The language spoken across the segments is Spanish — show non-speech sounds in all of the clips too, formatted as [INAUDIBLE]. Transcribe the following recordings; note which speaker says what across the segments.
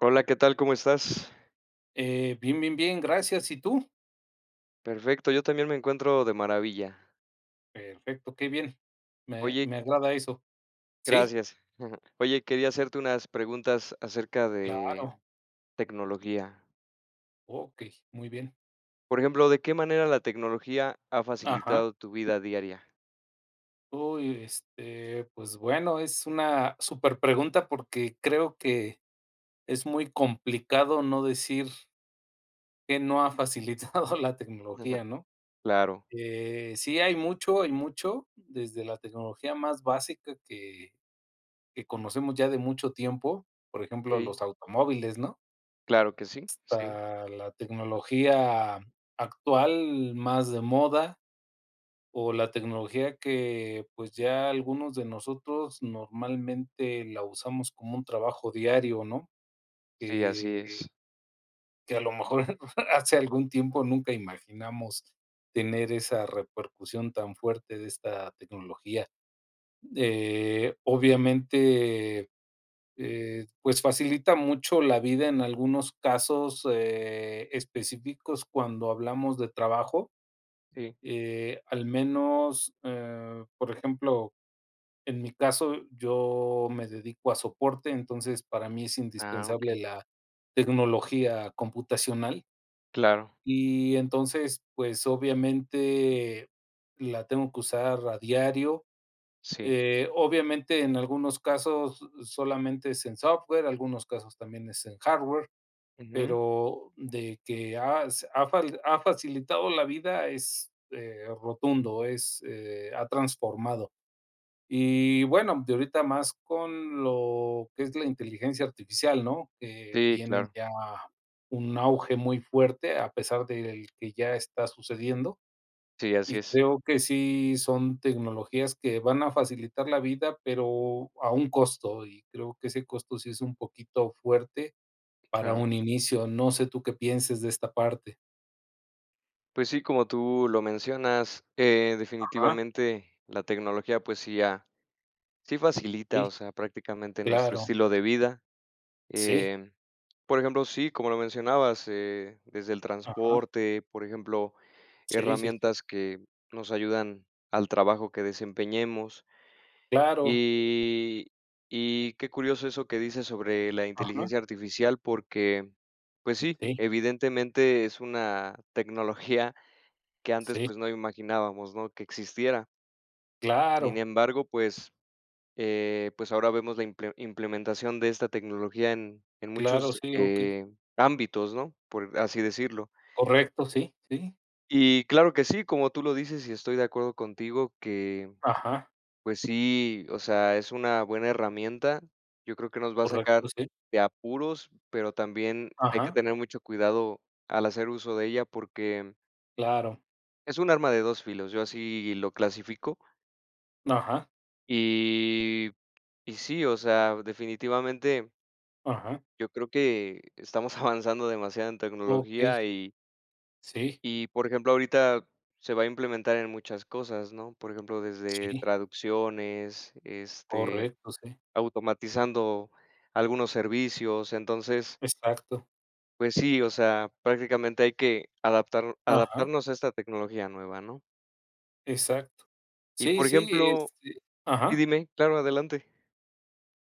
Speaker 1: Hola, ¿qué tal? ¿Cómo estás?
Speaker 2: Bien, bien, bien, gracias. ¿Y tú?
Speaker 1: Perfecto, yo también me encuentro de maravilla.
Speaker 2: Perfecto, qué bien. Me,
Speaker 1: Oye,
Speaker 2: me agrada eso. Sí,
Speaker 1: gracias. [LAUGHS] Oye, quería hacerte unas preguntas acerca de
Speaker 2: claro.
Speaker 1: tecnología.
Speaker 2: Ok, muy bien.
Speaker 1: Por ejemplo, ¿de qué manera la tecnología ha
Speaker 2: Ajá.
Speaker 1: facilitado tu vida diaria?
Speaker 2: Uy, pues bueno, es una super pregunta porque creo que es muy complicado no decir que no ha facilitado [LAUGHS] la
Speaker 1: Ujú.
Speaker 2: tecnología, ¿no?
Speaker 1: Claro,
Speaker 2: Sí, hay mucho, desde la tecnología más básica que conocemos ya de mucho tiempo, por
Speaker 1: ¿ok?
Speaker 2: ejemplo, los automóviles, ¿no?,
Speaker 1: Claro que sí, sí,
Speaker 2: a la tecnología actual más de moda o la tecnología que, pues, ya algunos de nosotros normalmente la usamos como un trabajo diario, ¿no?
Speaker 1: sí, así
Speaker 2: Que
Speaker 1: es.
Speaker 2: que a lo mejor [LAUGHS] hace algún tiempo nunca imaginamos tener esa repercusión tan fuerte de esta tecnología. Obviamente. Pues, facilita mucho la vida en algunos casos, específicos cuando hablamos de trabajo,
Speaker 1: Sí.
Speaker 2: al menos, por ejemplo, en mi caso, yo me dedico a soporte, entonces, para mí es
Speaker 1: Ah,
Speaker 2: indispensable
Speaker 1: ok.
Speaker 2: la tecnología computacional.
Speaker 1: Claro,
Speaker 2: Y entonces, pues, obviamente, la tengo que usar a diario,
Speaker 1: sí.
Speaker 2: obviamente, en algunos casos solamente es en software, algunos casos también es en hardware,
Speaker 1: Ujú.
Speaker 2: pero de que ha s ha fal ha facilitado la vida es, rotundo, es, ha transformado. Y bueno, de ahorita más con lo que es la inteligencia artificial, ¿no? Que
Speaker 1: Sí,
Speaker 2: viene
Speaker 1: claro.
Speaker 2: ya un auge muy fuerte, a pesar del que ya está sucediendo.
Speaker 1: Sí, así
Speaker 2: Y
Speaker 1: es.
Speaker 2: creo que sí son tecnologías que van a facilitar la vida, pero a un costo, y creo que ese costo sí es un poquito fuerte para
Speaker 1: Claro.
Speaker 2: un inicio. No sé tú qué pienses de esta parte.
Speaker 1: Pues sí, como tú lo mencionas,
Speaker 2: Ajá,
Speaker 1: definitivamente la tecnología, pues sí ha sí facilita,
Speaker 2: sí,
Speaker 1: o sea, prácticamente nuestro
Speaker 2: claro,
Speaker 1: estilo de vida.
Speaker 2: sí,
Speaker 1: Em, por ejemplo, sí, como lo mencionabas, desde el
Speaker 2: ajá,
Speaker 1: transporte, por ejemplo,
Speaker 2: sí, sí, sí,
Speaker 1: herramientas que nos ayudan al trabajo que desempeñemos.
Speaker 2: claro,
Speaker 1: Y, y qué curioso eso que dices sobre la
Speaker 2: ajá,
Speaker 1: inteligencia artificial, porque, pues sí,
Speaker 2: sí,
Speaker 1: evidentemente es una tecnología que antes
Speaker 2: sí,
Speaker 1: pues no imaginábamos, ¿no? Que existiera. Sin
Speaker 2: claro,
Speaker 1: embargo, pues pues ahora vemos la implementación de esta tecnología en
Speaker 2: claro,
Speaker 1: muchos,
Speaker 2: sí, okey,
Speaker 1: ámbitos, ¿no? Por así decirlo.
Speaker 2: correcto, sí, sí,
Speaker 1: Y claro que sí, como tú lo dices, y estoy de acuerdo contigo que,
Speaker 2: ajá,
Speaker 1: pues sí, o sea, es una buena herramienta. Yo creo que nos va a sacar
Speaker 2: correcto, sí,
Speaker 1: de apuros, pero también hay que
Speaker 2: ajá,
Speaker 1: tener mucho cuidado al hacer uso de ella, porque
Speaker 2: claro,
Speaker 1: es un arma de dos filos, yo así lo clasifico.
Speaker 2: ajá,
Speaker 1: Y y sí, o sea, definitivamente
Speaker 2: ajá,
Speaker 1: yo creo que estamos [LAUGHS] avanzando demasiado en
Speaker 2: okey,
Speaker 1: tecnología y
Speaker 2: sí,
Speaker 1: y, por ejemplo, ahorita se va a implementar en muchas cosas, ¿no? Por ejemplo, desde
Speaker 2: sí,
Speaker 1: traducciones, este,
Speaker 2: correcto, sí,
Speaker 1: automatizando algunos servicios. Entonces,
Speaker 2: exacto.
Speaker 1: pues sí, o sea, prácticamente hay que
Speaker 2: Ajá,
Speaker 1: adaptarnos a esta tecnología nueva, ¿no?
Speaker 2: exacto.
Speaker 1: Y,
Speaker 2: Sí,
Speaker 1: por
Speaker 2: sí,
Speaker 1: ejemplo, sí,
Speaker 2: ajá.
Speaker 1: dime, claro, adelante.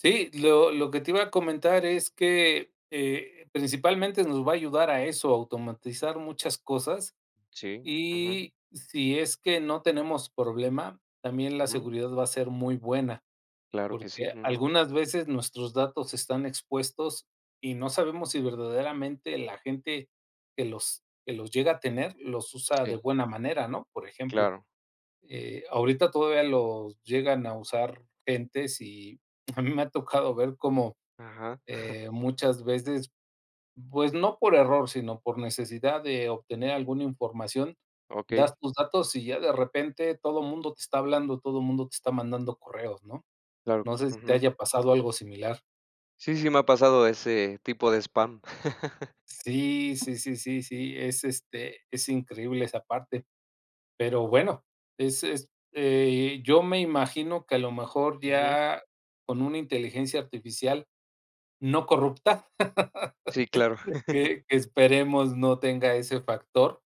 Speaker 2: Sí, lo que te iba a comentar es que, principalmente nos va a ayudar a eso, a automatizar muchas cosas,
Speaker 1: Sí, ujú,
Speaker 2: y si es que no tenemos problema, también la
Speaker 1: ujú,
Speaker 2: seguridad va a ser muy buena,
Speaker 1: claro que sí,
Speaker 2: porque
Speaker 1: ujú,
Speaker 2: algunas veces nuestros datos están expuestos y no sabemos si verdaderamente la gente que los llega a tener los usa de
Speaker 1: sí,
Speaker 2: buena manera, ¿no? Por ejemplo.
Speaker 1: claro,
Speaker 2: Ahorita todavía los llegan a usar gentes y [LAUGHS] a mí me ha tocado ver cómo,
Speaker 1: ajá,
Speaker 2: muchas veces, pues, no por error, sino por necesidad de obtener alguna información,
Speaker 1: okey,
Speaker 2: das tus datos y ya de repente todo mundo te está hablando, todo mundo te está mandando correos, ¿no?
Speaker 1: claro,
Speaker 2: No sé si te
Speaker 1: ujú.
Speaker 2: haya pasado algo similar.
Speaker 1: Sí, sí me ha pasado ese tipo de spam.
Speaker 2: Sí, sí, sí, sí, sí, es increíble esa parte. Pero bueno, yo me imagino que a lo mejor
Speaker 1: Ujú.
Speaker 2: ya con una inteligencia artificial no corrupta,
Speaker 1: Sí, claro.
Speaker 2: [LAUGHS]
Speaker 1: [LAUGHS]
Speaker 2: que esperemos no tenga ese factor,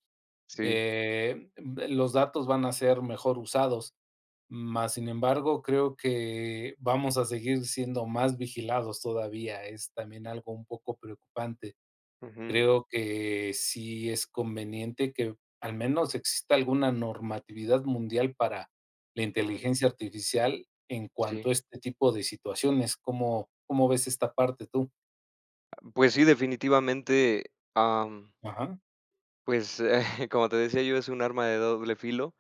Speaker 1: Sí.
Speaker 2: los datos van a ser mejor usados, más sin embargo, creo que vamos a seguir siendo más vigilados todavía, es también algo un poco preocupante.
Speaker 1: Ujú,
Speaker 2: Creo que sí es conveniente que al menos exista alguna normatividad mundial para la
Speaker 1: ujú.
Speaker 2: inteligencia artificial en cuanto
Speaker 1: Sí.
Speaker 2: a este tipo de situaciones. ¿Cómo ves esta parte tú?
Speaker 1: Pues sí, definitivamente,
Speaker 2: Ajá.
Speaker 1: pues, [LAUGHS] como te decía yo, es un arma de doble filo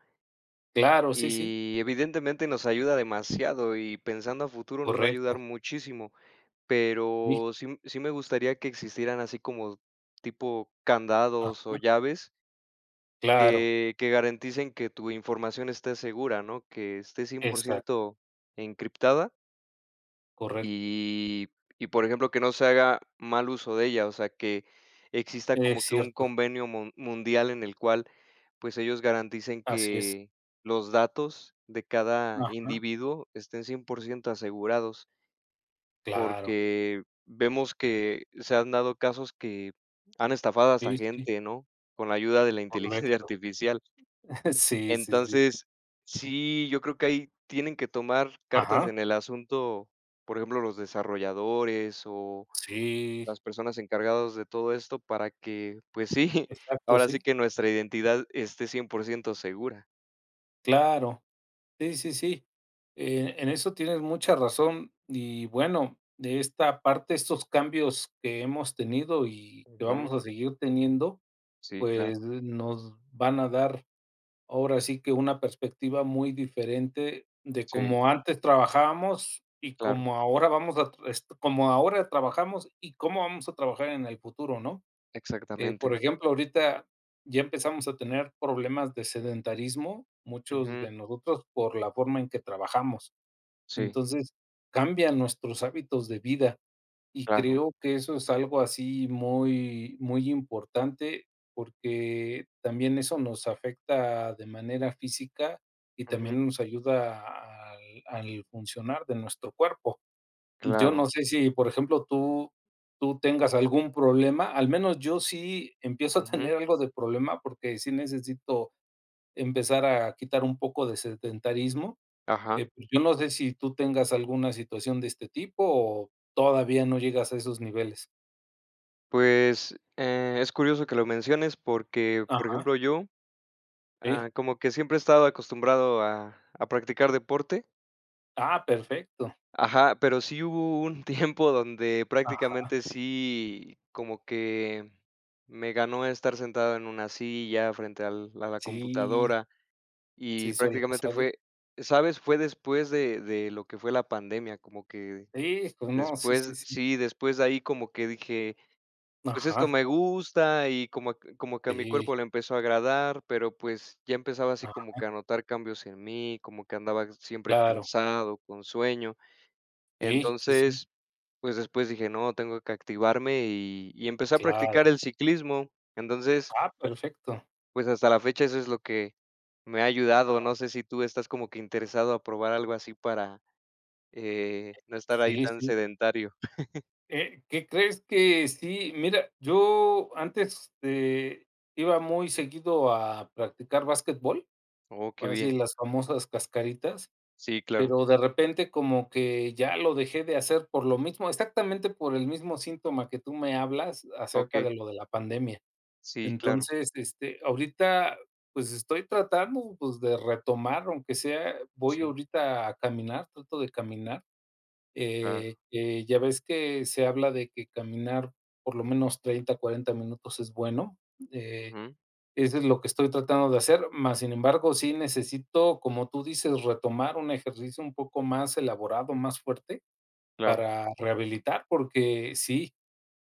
Speaker 2: Claro, sí, sí,
Speaker 1: y evidentemente nos ayuda demasiado y pensando a futuro nos va a ayudar
Speaker 2: correcto.
Speaker 1: muchísimo,
Speaker 2: Sí,
Speaker 1: pero sí me gustaría que existieran así como tipo
Speaker 2: ah,
Speaker 1: candados o llaves
Speaker 2: claro,
Speaker 1: que garanticen que tu información esté segura, ¿no? Que esté cien por
Speaker 2: exacto,
Speaker 1: ciento encriptada.
Speaker 2: correcto.
Speaker 1: Y y por ejemplo, que no se haga mal uso de ella, o sea, que exista como
Speaker 2: Es
Speaker 1: que un
Speaker 2: cierto,
Speaker 1: convenio mundial en el cual, pues, ellos garanticen
Speaker 2: así es.
Speaker 1: que los datos de cada
Speaker 2: Ajá,
Speaker 1: individuo estén 100% asegurados,
Speaker 2: claro.
Speaker 1: porque vemos que se han dado casos que han estafado hasta
Speaker 2: Sí, sí,
Speaker 1: gente, ¿no?, con la ayuda de la inteligencia [LAUGHS]
Speaker 2: correcto.
Speaker 1: artificial.
Speaker 2: [LAUGHS] Sí, sí, sí.
Speaker 1: Entonces, sí, yo creo que ahí tienen que tomar cartas
Speaker 2: Ajá,
Speaker 1: en el asunto, por ejemplo, los desarrolladores o
Speaker 2: sí,
Speaker 1: las personas encargadas de todo esto para que, pues sí, [LAUGHS]
Speaker 2: exacto,
Speaker 1: ahora sí
Speaker 2: sí,
Speaker 1: que nuestra identidad esté 100% segura.
Speaker 2: claro. Sí, sí, sí. En eso tienes mucha razón. Y bueno, de esta parte, estos cambios que hemos tenido y que vamos
Speaker 1: Ujú.
Speaker 2: a seguir teniendo,
Speaker 1: Sí,
Speaker 2: pues
Speaker 1: claro.
Speaker 2: nos van a dar ahora sí que una perspectiva muy diferente de
Speaker 1: Sí,
Speaker 2: cómo antes trabajábamos y
Speaker 1: claro.
Speaker 2: cómo ahora trabajamos y cómo vamos a trabajar en el futuro, ¿no? Por
Speaker 1: Exactamente.
Speaker 2: ejemplo, ahorita ya empezamos a tener problemas de sedentarismo, muchos
Speaker 1: Ujú.
Speaker 2: de nosotros, por la forma en que trabajamos.
Speaker 1: Sí,
Speaker 2: Entonces, cambian nuestros hábitos de vida, y
Speaker 1: claro.
Speaker 2: creo que eso es algo así muy, muy importante, porque también eso nos afecta de manera física y
Speaker 1: Ujú.
Speaker 2: también nos ayuda al al funcionar de nuestro cuerpo. Yo
Speaker 1: Claro.
Speaker 2: no sé si, por ejemplo, tú tengas algún problema, al menos yo sí empiezo a
Speaker 1: Ujú.
Speaker 2: tener algo de problema, porque sí necesito empezar a quitar un poco de sedentarismo,
Speaker 1: Ajá.
Speaker 2: pues, yo no sé si tú tengas alguna situación de este tipo o todavía no llegas a esos niveles.
Speaker 1: Pues, es curioso que lo menciones porque, por
Speaker 2: Ajá,
Speaker 1: ejemplo, yo
Speaker 2: sí.
Speaker 1: ah, como que siempre he estado acostumbrado a practicar deporte.
Speaker 2: Ah, perfecto.
Speaker 1: Ajá, pero sí hubo un [LAUGHS] tiempo donde
Speaker 2: Ajá.
Speaker 1: prácticamente sí, como que me ganó estar sentado en una silla frente al a la
Speaker 2: Sí,
Speaker 1: computadora y
Speaker 2: sí suele
Speaker 1: prácticamente
Speaker 2: pasar, ¿eh?
Speaker 1: fue, ¿sabes? Fue después de lo que fue la pandemia, como que
Speaker 2: Sí, pues no, sí,
Speaker 1: después
Speaker 2: sí, sí.
Speaker 1: sí, después de ahí como que dije pues esto
Speaker 2: Ajá,
Speaker 1: me gusta y como que a mi
Speaker 2: sí.
Speaker 1: cuerpo le empezó a agradar, pero pues ya empezaba así como
Speaker 2: Ajá,
Speaker 1: que a notar cambios en mí, como que andaba siempre
Speaker 2: claro.
Speaker 1: cansado, con sueño.
Speaker 2: Sí, sí, sí,
Speaker 1: Entonces, pues después dije, no, tengo que activarme y empecé a
Speaker 2: claro.
Speaker 1: practicar el ciclismo. Entonces,
Speaker 2: Ah, perfecto.
Speaker 1: pues hasta la fecha eso es lo que me ha ayudado. No sé si tú estás como que interesado a probar algo así para no estar ahí
Speaker 2: Sí,
Speaker 1: tan
Speaker 2: sí.
Speaker 1: sedentario.
Speaker 2: ¿Qué crees que sí? Mira, yo antes, iba muy seguido a practicar básquetbol,
Speaker 1: Oh, qué
Speaker 2: así
Speaker 1: bien.
Speaker 2: las famosas cascaritas,
Speaker 1: Sí, claro.
Speaker 2: pero de repente como que ya lo dejé de hacer por lo mismo, exactamente por el mismo síntoma que tú me hablas
Speaker 1: Ok.
Speaker 2: acerca de lo de la pandemia.
Speaker 1: Sí, claro.
Speaker 2: Entonces, ahorita, pues, estoy tratando, pues, de retomar, aunque sea voy
Speaker 1: Sí,
Speaker 2: ahorita a caminar, trato de caminar.
Speaker 1: claro.
Speaker 2: Ya ves que se habla de que caminar por lo menos 30 40 minutos es bueno, eh,
Speaker 1: Ujú,
Speaker 2: eso es lo que estoy tratando de hacer, más sin embargo, sí necesito, como tú dices, retomar un ejercicio un poco más elaborado, más fuerte
Speaker 1: claro.
Speaker 2: para rehabilitar, porque sí,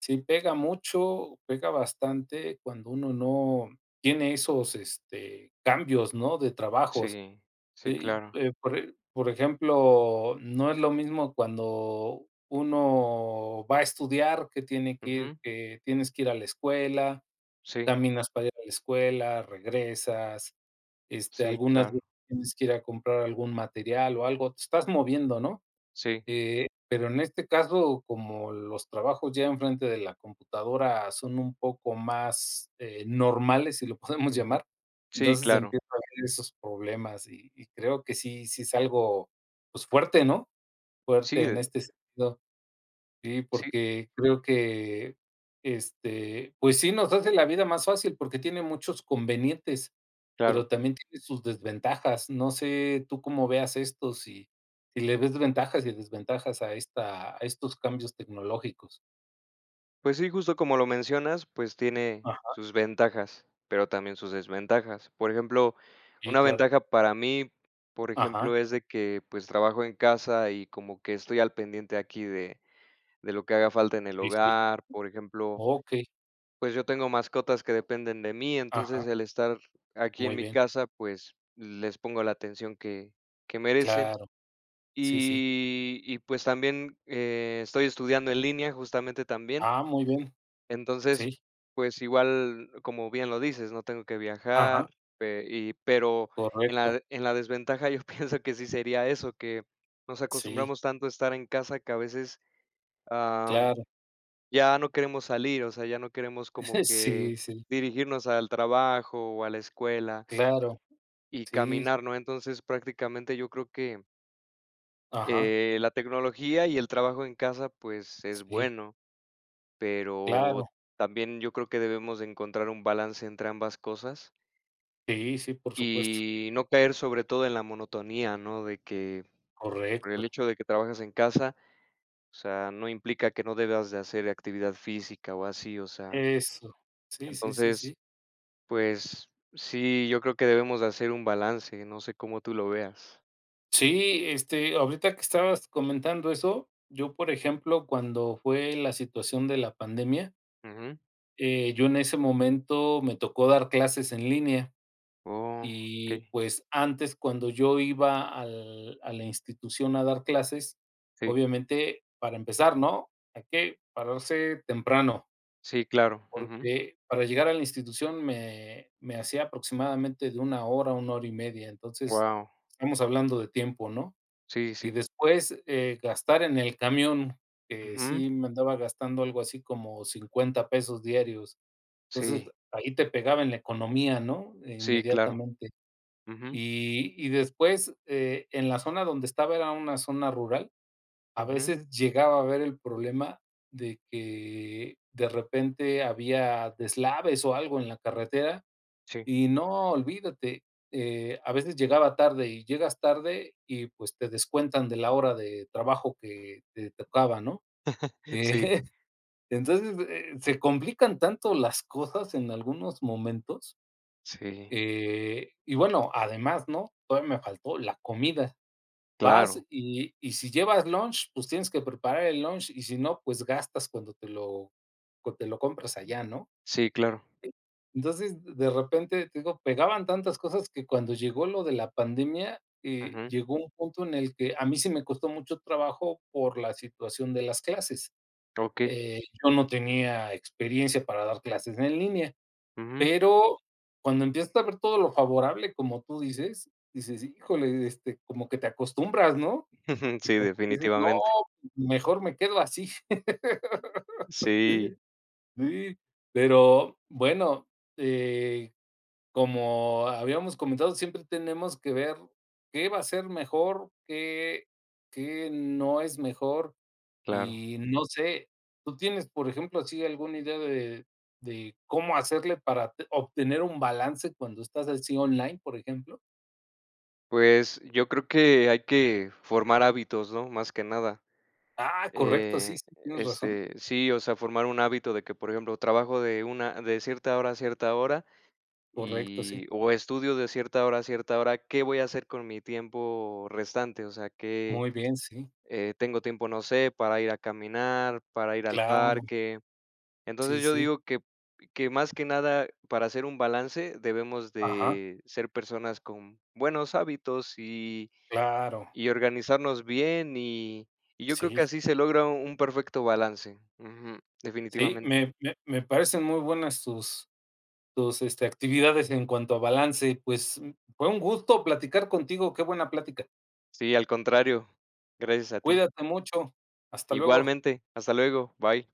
Speaker 2: sí pega mucho, pega bastante cuando uno no tiene esos, cambios, ¿no?, de trabajos.
Speaker 1: Sí, sí,
Speaker 2: Sí,
Speaker 1: claro.
Speaker 2: por ejemplo, no es lo mismo cuando uno va a estudiar,
Speaker 1: Ujú,
Speaker 2: que tienes que ir a la escuela,
Speaker 1: sí,
Speaker 2: caminas para ir a la escuela, regresas,
Speaker 1: sí,
Speaker 2: algunas
Speaker 1: claro.
Speaker 2: veces tienes que ir a comprar algún material o algo, te estás moviendo, ¿no?
Speaker 1: Sí,
Speaker 2: Pero en este caso, como los trabajos ya enfrente de la computadora son un poco más, normales, si lo [LAUGHS] podemos
Speaker 1: ujú.
Speaker 2: llamar,
Speaker 1: Sí,
Speaker 2: entonces
Speaker 1: claro.
Speaker 2: empiezo a ver esos problemas y creo que sí sí es algo, pues, fuerte, ¿no?
Speaker 1: Sí,
Speaker 2: Fuerte en
Speaker 1: de
Speaker 2: este sentido. Sí,
Speaker 1: sí,
Speaker 2: porque creo que, pues sí, nos hace la vida más fácil porque tiene muchos convenientes, pero
Speaker 1: claro.
Speaker 2: también tiene sus desventajas. No sé tú cómo veas esto, si le ves ventajas y desventajas a esta a estos cambios tecnológicos.
Speaker 1: Pues sí, justo como lo mencionas, pues tiene
Speaker 2: Ajá,
Speaker 1: sus ventajas, pero también sus desventajas. Por ejemplo,
Speaker 2: sí,
Speaker 1: una
Speaker 2: claro.
Speaker 1: ventaja para mí, por ejemplo,
Speaker 2: Ajá,
Speaker 1: es de que, pues, trabajo en casa y como que estoy al pendiente aquí de lo que haga falta en el
Speaker 2: sí, sí.
Speaker 1: hogar, por ejemplo,
Speaker 2: Okey,
Speaker 1: pues yo tengo mascotas que dependen de mí,
Speaker 2: ajá,
Speaker 1: entonces el estar aquí en
Speaker 2: muy
Speaker 1: mi
Speaker 2: bien.
Speaker 1: casa, pues les pongo la atención que merecen.
Speaker 2: Claro, sí, sí.
Speaker 1: Y pues también estoy estudiando en línea justamente también.
Speaker 2: Ah, muy bien,
Speaker 1: Entonces,
Speaker 2: sí,
Speaker 1: pues igual, como bien lo dices, no tengo que
Speaker 2: ajá,
Speaker 1: viajar, pero
Speaker 2: correcto.
Speaker 1: en la desventaja yo [LAUGHS] pienso que sí sería eso, que nos
Speaker 2: Sí,
Speaker 1: acostumbramos tanto a estar en casa que a veces
Speaker 2: claro.
Speaker 1: ya no queremos salir, o sea, ya no queremos como
Speaker 2: [LAUGHS] Sí,
Speaker 1: que
Speaker 2: sí,
Speaker 1: dirigirnos al trabajo o a la escuela
Speaker 2: claro,
Speaker 1: y
Speaker 2: sí,
Speaker 1: caminar, ¿no? Entonces, prácticamente yo creo que,
Speaker 2: ajá.
Speaker 1: la tecnología y el trabajo en casa, pues, es
Speaker 2: Sí,
Speaker 1: bueno, pero
Speaker 2: claro.
Speaker 1: también yo creo que debemos de encontrar un balance entre ambas cosas
Speaker 2: Sí, sí, por supuesto.
Speaker 1: y no caer sobre todo en la monotonía, ¿no? De que por el
Speaker 2: Correcto.
Speaker 1: hecho de que trabajas en casa, o sea, no implica que no debas de hacer actividad física o así, o sea,
Speaker 2: Eso. Sí, sí, sí,
Speaker 1: entonces
Speaker 2: sí.
Speaker 1: pues sí, yo creo que debemos de hacer un balance, no sé cómo tú lo veas.
Speaker 2: Sí, ahorita que estabas comentando eso, yo, por ejemplo, cuando fue la situación de la pandemia,
Speaker 1: Ujú.
Speaker 2: yo en ese momento me tocó dar clases en línea
Speaker 1: Oh,
Speaker 2: y,
Speaker 1: okey.
Speaker 2: pues, antes cuando yo iba al a la institución a dar clases,
Speaker 1: Sí,
Speaker 2: obviamente, para empezar, ¿no? Hay que pararse temprano.
Speaker 1: sí, claro. Ujú.
Speaker 2: Porque para llegar a la institución me hacía aproximadamente de una hora y media, entonces,
Speaker 1: Guau.
Speaker 2: estamos hablando de tiempo, ¿no?
Speaker 1: Sí,
Speaker 2: Y
Speaker 1: sí.
Speaker 2: después, gastar en el camión, que
Speaker 1: Ujú.
Speaker 2: sí me andaba gastando algo así como 50 pesos diarios. Entonces,
Speaker 1: Sí,
Speaker 2: ahí te pegaba en la economía, ¿no?
Speaker 1: sí, claro.
Speaker 2: Inmediatamente.
Speaker 1: Ujú,
Speaker 2: Y después, en la zona donde estaba era una zona rural. A
Speaker 1: ujú.
Speaker 2: veces llegaba a ver el problema de que de repente había deslaves o algo en la carretera
Speaker 1: Sí,
Speaker 2: y no, olvídate, a veces llegaba tarde y llegas tarde y pues te descuentan de la hora de trabajo que te tocaba, ¿no?
Speaker 1: [LAUGHS]
Speaker 2: Eh,
Speaker 1: sí,
Speaker 2: [LAUGHS] entonces, se complican tanto las cosas en algunos momentos,
Speaker 1: sí,
Speaker 2: y bueno, además, ¿no? Todavía me faltó la comida. Vas
Speaker 1: claro.
Speaker 2: y si llevas lunch, pues tienes que preparar el lunch, y si no, pues gastas cuando te lo compras allá, ¿no?
Speaker 1: Sí, claro.
Speaker 2: Entonces, de repente, te digo, pegaban tantas cosas que cuando llegó lo de la pandemia,
Speaker 1: Ujú.
Speaker 2: llegó un punto en el que a mí sí me costó mucho trabajo por la situación de las clases.
Speaker 1: Okey.
Speaker 2: Yo no tenía experiencia para dar clases en línea,
Speaker 1: Ujú.
Speaker 2: pero cuando empiezas a ver todo lo favorable, como tú dices, dices: "Híjole", como que te acostumbras, ¿no?
Speaker 1: [LAUGHS]
Speaker 2: Y
Speaker 1: Sí,
Speaker 2: como que dices: "No,
Speaker 1: definitivamente.
Speaker 2: mejor me quedo así". [LAUGHS]
Speaker 1: Sí,
Speaker 2: Sí, pero bueno, eh, como habíamos comentado, siempre tenemos que ver qué va a ser mejor, qué no es mejor.
Speaker 1: claro.
Speaker 2: Y no sé, ¿tú tienes, por ejemplo, así alguna idea de cómo hacerle para te obtener un balance cuando estás así online, por ejemplo?
Speaker 1: Pues yo creo que hay que formar hábitos, ¿no? Más que nada.
Speaker 2: Ah, correcto, sí,
Speaker 1: Eh,
Speaker 2: sí, tienes razón.
Speaker 1: este, sí, o sea, formar un hábito de que, por ejemplo, trabajo de cierta hora a cierta hora
Speaker 2: Correcto, sí.
Speaker 1: y o estudio de cierta hora a cierta hora, ¿qué voy a hacer con mi tiempo restante? O sea, que,
Speaker 2: Muy bien, sí.
Speaker 1: tengo tiempo, no sé, para ir a caminar, para ir al
Speaker 2: Claro,
Speaker 1: parque.
Speaker 2: sí,
Speaker 1: Entonces, yo
Speaker 2: sí.
Speaker 1: digo que más que nada, para hacer un balance, debemos
Speaker 2: Ajá,
Speaker 1: de ser personas con buenos hábitos y
Speaker 2: claro,
Speaker 1: y organizarnos bien, y yo creo que
Speaker 2: sí,
Speaker 1: así se logra un perfecto balance. Ujú,
Speaker 2: sí,
Speaker 1: definitivamente.
Speaker 2: me parecen muy buenas tus actividades en cuanto a balance. Pues, fue un gusto platicar contigo, qué buena plática.
Speaker 1: Sí, al contrario. Gracias a ti.
Speaker 2: Cuídate mucho, hasta luego.
Speaker 1: Igualmente. Hasta luego. Bye.